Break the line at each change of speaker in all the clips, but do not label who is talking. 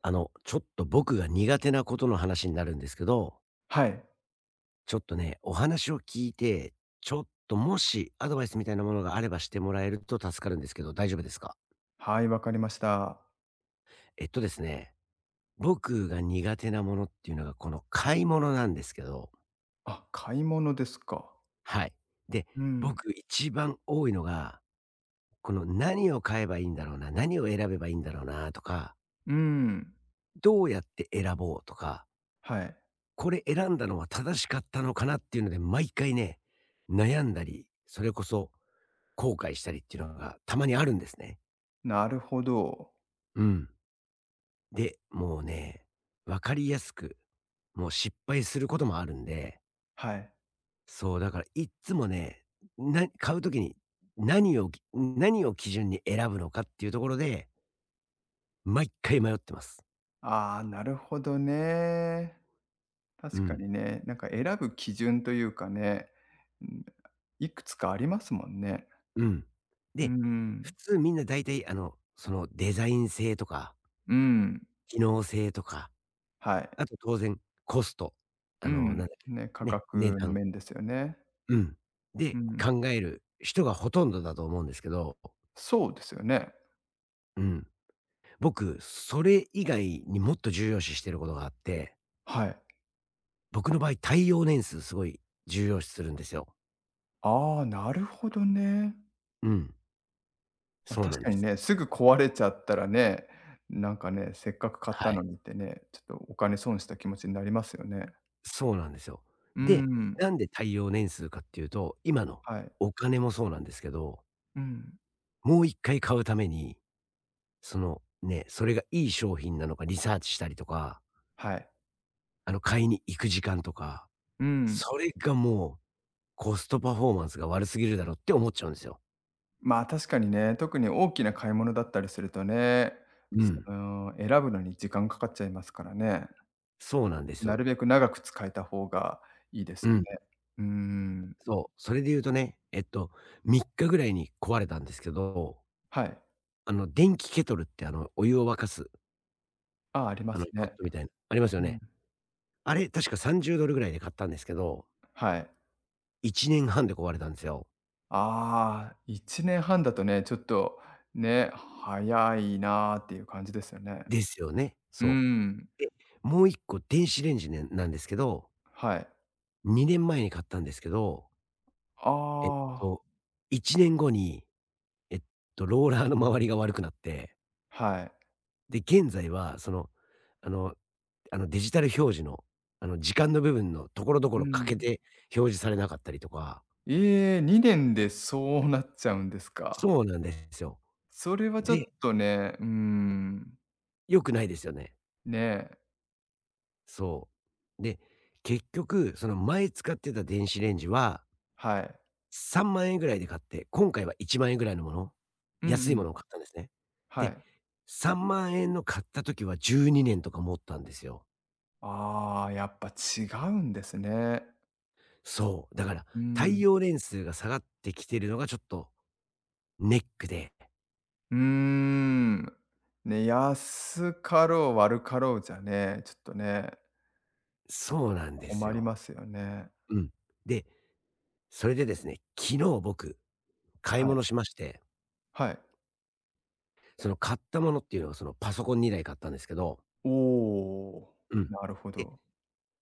ちょっと僕が苦手なことの話になるんですけど、
はい。
ちょっとね、お話を聞いて、ちょっともしアドバイスみたいなものがあればしてもらえると助かるんですけど、大丈夫ですか？
はい、わかりました。
えっとですね、僕が苦手なものっていうのがこの買い物なんですけど、
あ、買い物ですか。
はい。で、
うん。
僕一番多いのが、この何を買えばいいんだろうな、何を選べばいいんだろうなとか、
うん。
どうやって選ぼうとか、
はい。
これ選んだのは正しかったのかなっていうので、毎回ね、悩んだり、それこそ後悔したりっていうのがたまにあるんですね。
なるほど。
うん。で、もうね、わかりやすく、もう失敗することもあるんで、
はい。
そう、だからいっつもね、な買うときに何をき何を基準に選ぶのかっていうところで、毎回迷ってます。
ああ、なるほどね。
う
確か
ん。
にね、なんか選ぶ基準というかね、うん、いくつかありますもんね。
うん。
う
で、普
ん。
通みんな大体そのデザイン性とか、
うん。
機能性とか、
はい。
あと当然、コスト、
う
あの、なん
ん。
だっ
ね、価
け、ね、値
格の
段、
面ですよね。
うん、
う
で、
ん。
考える人がほとんどだと思うんですけど、
そうですよね。
うん。僕、それ以外にもっと重要視してることがあって、
はい。
僕の場合、耐用年数すごい重要視するんですよ。
ああ、なるほどね。
うん、
ま、
そうな
確
ん
か
で
に
す。
ね、すぐ壊れちゃったらね、なんかね、せっかく買った
は
の
い。
にってね、ちょっとお金損した気持ちになりますよね。
そうなんですよ。
うー
で、
ん、
なんで耐用年数かっていうと、今の
はい。
お金もそうなんですけど、
うん、
もう一回買うために、そのね、それがいい商品なのかリサーチしたりとか、
はい。
買いに行く時間とか、
うん。
それがもう、コストパフォーマンスが悪すぎるだろって思っちゃうんですよ。
まあ、確かにね、特に大きな買い物だったりするとね、
う
そ
ん。
の、選ぶのに時間かかっちゃいますからね。
そうなんです
な
よ。
るべく長く使えた方がいいです
う
よね。
ん。
うーん。
そう。それで言うとね、3日ぐらいに壊れたんですけど、
はい。
電気ケトルってお湯を沸かす、
ああ、あります
ポッ
ね。
トみたいな、ありますよ
うん。
ね。あれ、確か $30 ぐらいで買ったんですけど、
はい。
1年半で壊れたんですよ。
ああ、1年半だとね、ちょっとね、早いなっていう感じですよね。
ですよね。
うー
そ
ん、
う。で、もう1個、電子レンジねなんですけど、
はい。
2年前に買ったんですけど、えっ
ああ、
と、1年後にえっローラーの周りが悪くなって、
はい。
で、現在はその、あのデジタル表示の、時間の部分のところどこ
う
ろ欠け
ん。
て表示されなかったりとか。
ええ、2年でそうなっちゃうんですか。
そうなんですよ。
それはちょっ
で、
とね、うーん、
良くないですよね。
ね、
そう。で、結局、その前使ってた電子レンジは
はい。
3万円ぐらいで買って、今回は1万円ぐらいのもの、
うんう
安いも
ん、
のを買ったんですね。
は
で、
い。
3万円の買った時は12年とか持ったんですよ。
ああ、やっぱ違うんですね。
そう。だから、
う
太
ん。
陽連数が下がってきてるのがちょっとネックで。
うーん。ね、安かろう悪かろうじゃね、ちょっとね
そうなんです
困りま
よ。
すよね。
うん。で、それでですね、昨日僕、買い
はい。
物しまして、
はい。
その買ったものっていうのはそのパソコン2台買ったんですけど、
おお。
うん。
なるほ
で、
ど。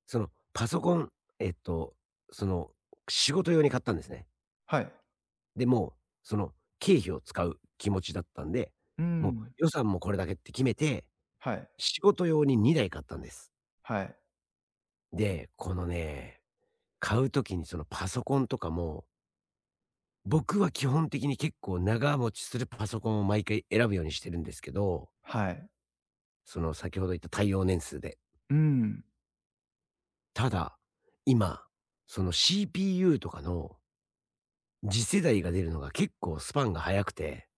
そのパソコン、えっと、その仕事用に買ったんですね。
はい。
で、もう、その経費を使う気持ちだったんで、
う
もう
ん。
予算もこれだけって決めて、
はい。
仕事用に2台買ったんです。
はい。
で、このね、買う時にそのパソコンとかも、僕は基本的に結構長持ちするパソコンを毎回選ぶようにしてるんですけど、
はい。
その先ほど言った対応年数で。
うん。
ただ、今、その CPU とかの次世代が出るのが結構スパンが早くて。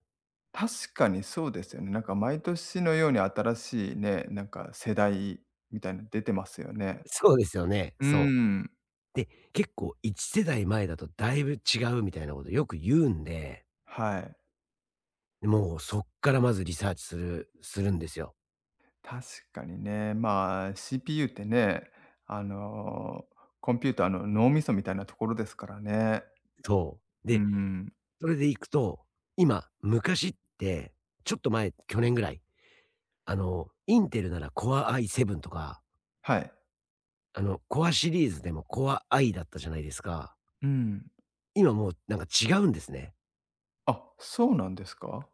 確かにそうですよね。なんか毎年のように新しいね、なんか世代みたいなの出てますよね。
そうですよね、
うー
そう。
ん。
で、結構1世代前だとだいぶ違うみたいなことよく言うんで、
はい。
もうそっからまずリサーチするんですよ。
確かにね。まあ、CPU ってね、あの、コンピューターの脳みそみたいなところですからね。
そう。
う
で、
ん。
それでいくと、今、昔って、ちょっと前、去年ぐらい、インテルなら Core i7 とか、
はい。
Core シリーズでも Core i だったじゃないですか。
うん。
今もうなんか違うんですね。
あ、そうなんですか？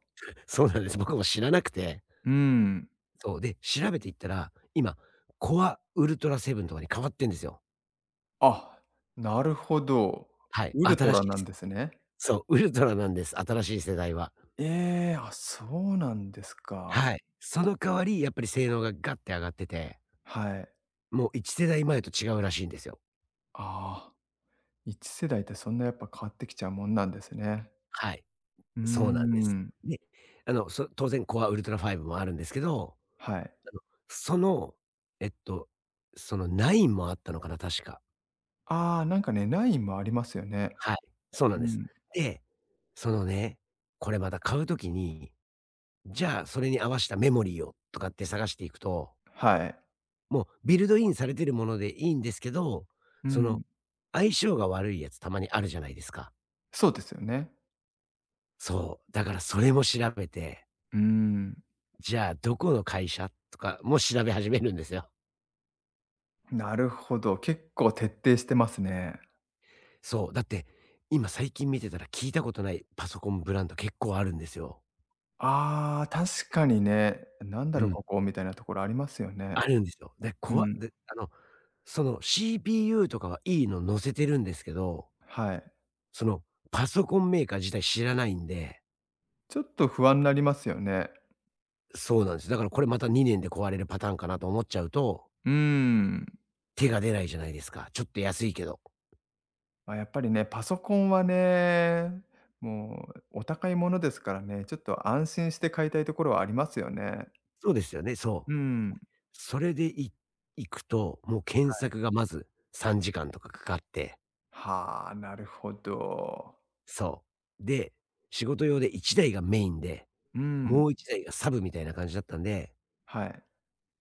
そうなんです。僕も知らなくて。
うん。
そう、で、調べていったら、今、Core Ultra7 とかに変わってんですよ。
あ、なるほど。
はい、
ウルト
新し
ラ
い
な
で
ん
す。
ですね。
そう、ウルトラなんです、新しい世代は。
ええ、あ、そうなんですか。
はい。その代わり、やっぱり性能がガッて上がってて、
はい。
もう1世代前と違うらしいんですよ。
ああ、1世代ってそんなやっぱ変わってきちゃうもんなんですね。
はい。
うー
そうなんです。
ん、
で、当然コアウルトラ5もあるんですけど、
はい。
あの、その、えっと、その9もあったのかな、確か。
ああ、なんかね、ラインもありますよね。
はい、そうな
う
んです。
ん、
で、そのね、これまた買うときに、じゃあそれに合わせたメモリーをとかって探していくと、
はい。
もうビルドインされてるものでいいんですけど、
う
その、
ん、
相性が悪いやつたまにあるじゃないですか。
そうですよね。
そう、だからそれも調べて、
うーん、
じゃあどこの会社とかも調べ始めるんですよ。
なるほど、結構徹底してますね。
そう、だって、今最近見てたら聞いたことないパソコンブランド結構あるんですよ。
ああ、確かにね、なんだ
う
ろ、
ん、
ここみたいなところありますよね。
あるんですよ。で、
う
こわ
ん、
で、あの、その CPU とかはいいの載せてるんですけど、
はい。
そのパソコンメーカー自体知らないんで、
ちょっと不安になりますよね。
そうなんです。だからこれまた2年で壊れるパターンかなと思っちゃうと、
うーん。
手が出ないじゃないですか。ちょっと安いけど。
まあ、やっぱりね、パソコンはね、もうお高いものですからね、ちょっと安心して買いたいところはありますよね。
そうですよね、
う
そ
ー
う。
ん。
それでい行くと、もう検索がまず3時間とかかかって、
はあ、なるほど。
そう。で、仕事用で1台がメインで、
うーん。
もう1台がサブみたいな感じだったんで、
はい。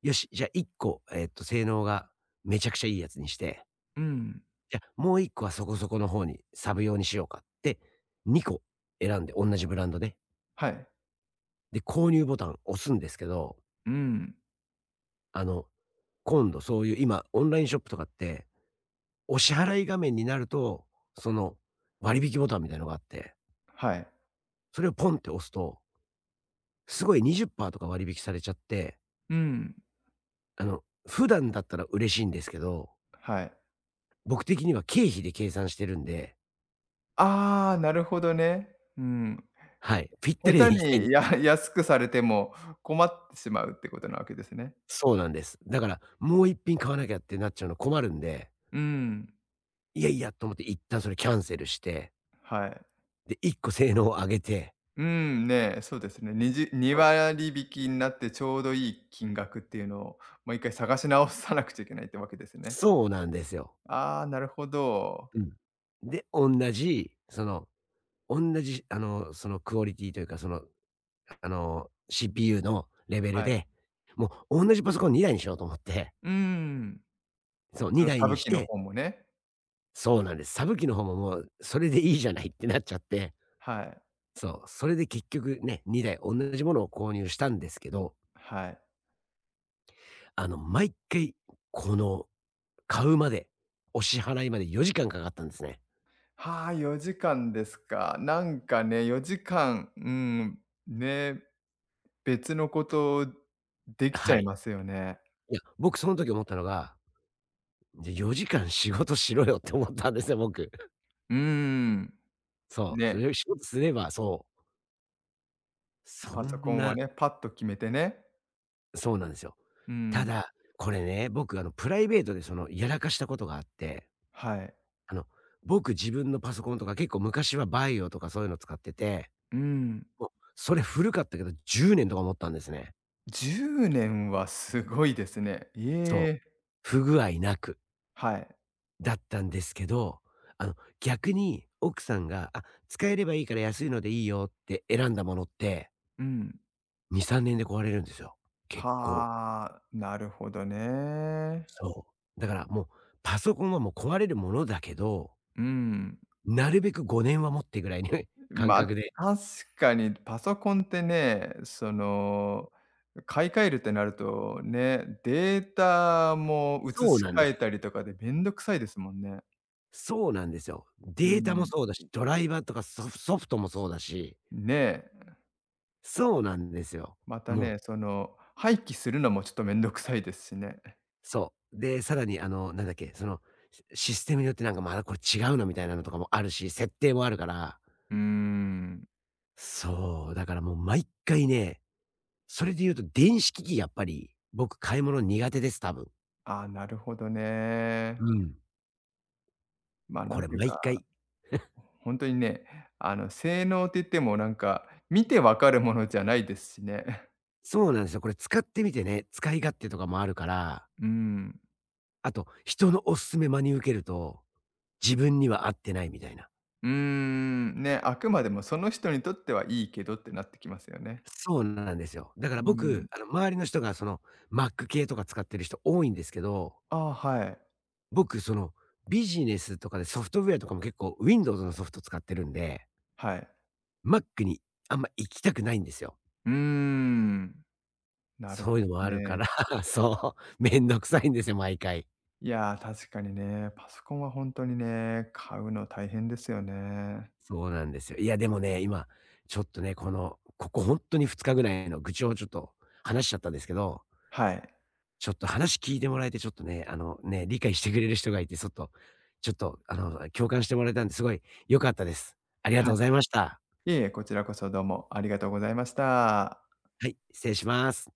よし、じゃあ1個、性能がめちゃくちゃいいやつにして、
うん。
じゃ、もう1個はそこそこの方にサブ用にしようかって、2個選んで、同じブランドで。
はい。
で、購入ボタン押すんですけど、
うん。
あの、今度そういう今、オンラインショップとかって、お支払い画面になると、その、割引ボタンみたいのがあって、
はい。
それをポンって押すと、すごい20%とか割引されちゃって、
うん。
普段だったら嬉しいんですけど、
はい。
僕的には経費で計算してるんで、
ああ、なるほどね。うん。
はい、ぴったり
下手
で行きたいんで
に
す。
安くされても困ってしまうってことなわけですね。
そうなんです。だから、もう一品買わなきゃってなっちゃうの困るんで、
うーん。
いやいやと思って一旦それキャンセルして、
はい。
で、1個性能を上げて、
うん、ね、そうですね。2
そう、
割引きになってちょうどいい金額っていうのを、もう一回探し直さなくちゃいけないってわけですね。
そうなんですよ。
ああ、なるほど。
うん。で、おんなじ、その、おんなじ、そのクオリティというか、その、CPU のレベル
はい。
で、もうおんなじパソコン2台にしようと思って、
うーん。
そう、
その
2台
サ
に
ブ
し
機の
て、
方もね。
そうなんです。サブ機の方ももうそれでいいじゃないってなっちゃって、
はい。
そう、それで結局ね、2台同じものを購入したんですけど、
はい。
毎回、この、買うまで、お支払いまで4時間かかったんですね。
はあ、4時間ですか。なんかね、4時間、うーん、ね、別のことできちゃ
は
い
い。
ますよね。
いや、僕その時思ったのが、じゃ、4時間仕事しろよって思ったんですよ、僕。
うーん。
そう、そ
ね、
れ仕事すれば、そう、そ
パソコ
ん
ンは
な、
ね、パッと決めてね。
そうなんですよ。
う
た
ん。
だ、これね、僕プライベートでその、やらかしたことがあって、
はい。
あの、僕自分のパソコンとか結構昔はバイオとかそういうの使ってて、
うん。
もう、それ古かったけど、10年とか持ったんですね。
10年はすごいですね。
そう。
ええ、
不具合なく
はい。
だったんですけど、あの、逆に奥さんが、「あ、使えればいいから安いのでいいよ」って選んだものって、
うん。
2、3年で壊れるんですよ。結構。
はあ、なるほどね。
そう。だからもう、パソコンはもう壊れるものだけど、
うん。
なるべく5年は持ってぐらいに 感
まあ、
覚で。
確かにパソコンってね、その、買い替えるってなると、ね、データも移
そう
し
なん
替
で
え
す。
たりとかでめんどくさいですもんね。
そうなんですよ。
う
データも
ん。
そうだし、ドライバーとかソフトもそうだし、
ねえ、
そうなんですよ。
また
もう、
ね、その、廃棄するのもちょっとめんどくさいですしね。
そう。で、さらにあの、なんだっけ、その、システムによってなんかまだこれ違うのみたいなのとかもあるし、設定もあるから。
うーん。
そう、だからもう毎回ね、それで言うと電子機器やっぱり、僕買い物苦手です、多分。
ああ、なるほどね。
うん。
ま、な
こ
ん
れ
ていう
毎
か
回、
本当にね、あの、性能って言ってもなんか、見てわかるものじゃないですしね。
そうなんですよ。これ使ってみてね、使い勝手とかもあるから、
うん。
あと人のおすすめ真に受けると、自分には合ってないみたいな。
うーん、ね、あくまでもその人にとってはいいけどってなってきますよね。
そうなんですよ。だか
う
ら
ーん。
僕、周りの人がその Mac 系とか使ってる人多いんですけど、
ああ、はい。
僕、その、ビジネスとかでソフトウェアとかも結構 Windows のソフト使ってるんで、
はい。
Mac にあんま行きたくないんですよ。
うーん、なる
そう
ほ
いう
ど
のもあるから、
ね。
そう、めんどくさいんですよ、毎回。
いやー、確かにね、パソコンは本当にね、買うの大変ですよね。
そうなんですよ。いや、でもね、今、ちょっとね、この、ここ本当に2日ぐらいの愚痴をちょっと話しちゃったんですけど、
はい。
ちょっと話聞いてもらえて、ちょっとね、ね、理解してくれる人がいて、ちょっと、共感してもらえたんで、すごい良かったです。ありが
は
と
い。
うございました。
いえいえ、こちらこそどうもありがとうございました。
はい、失礼します。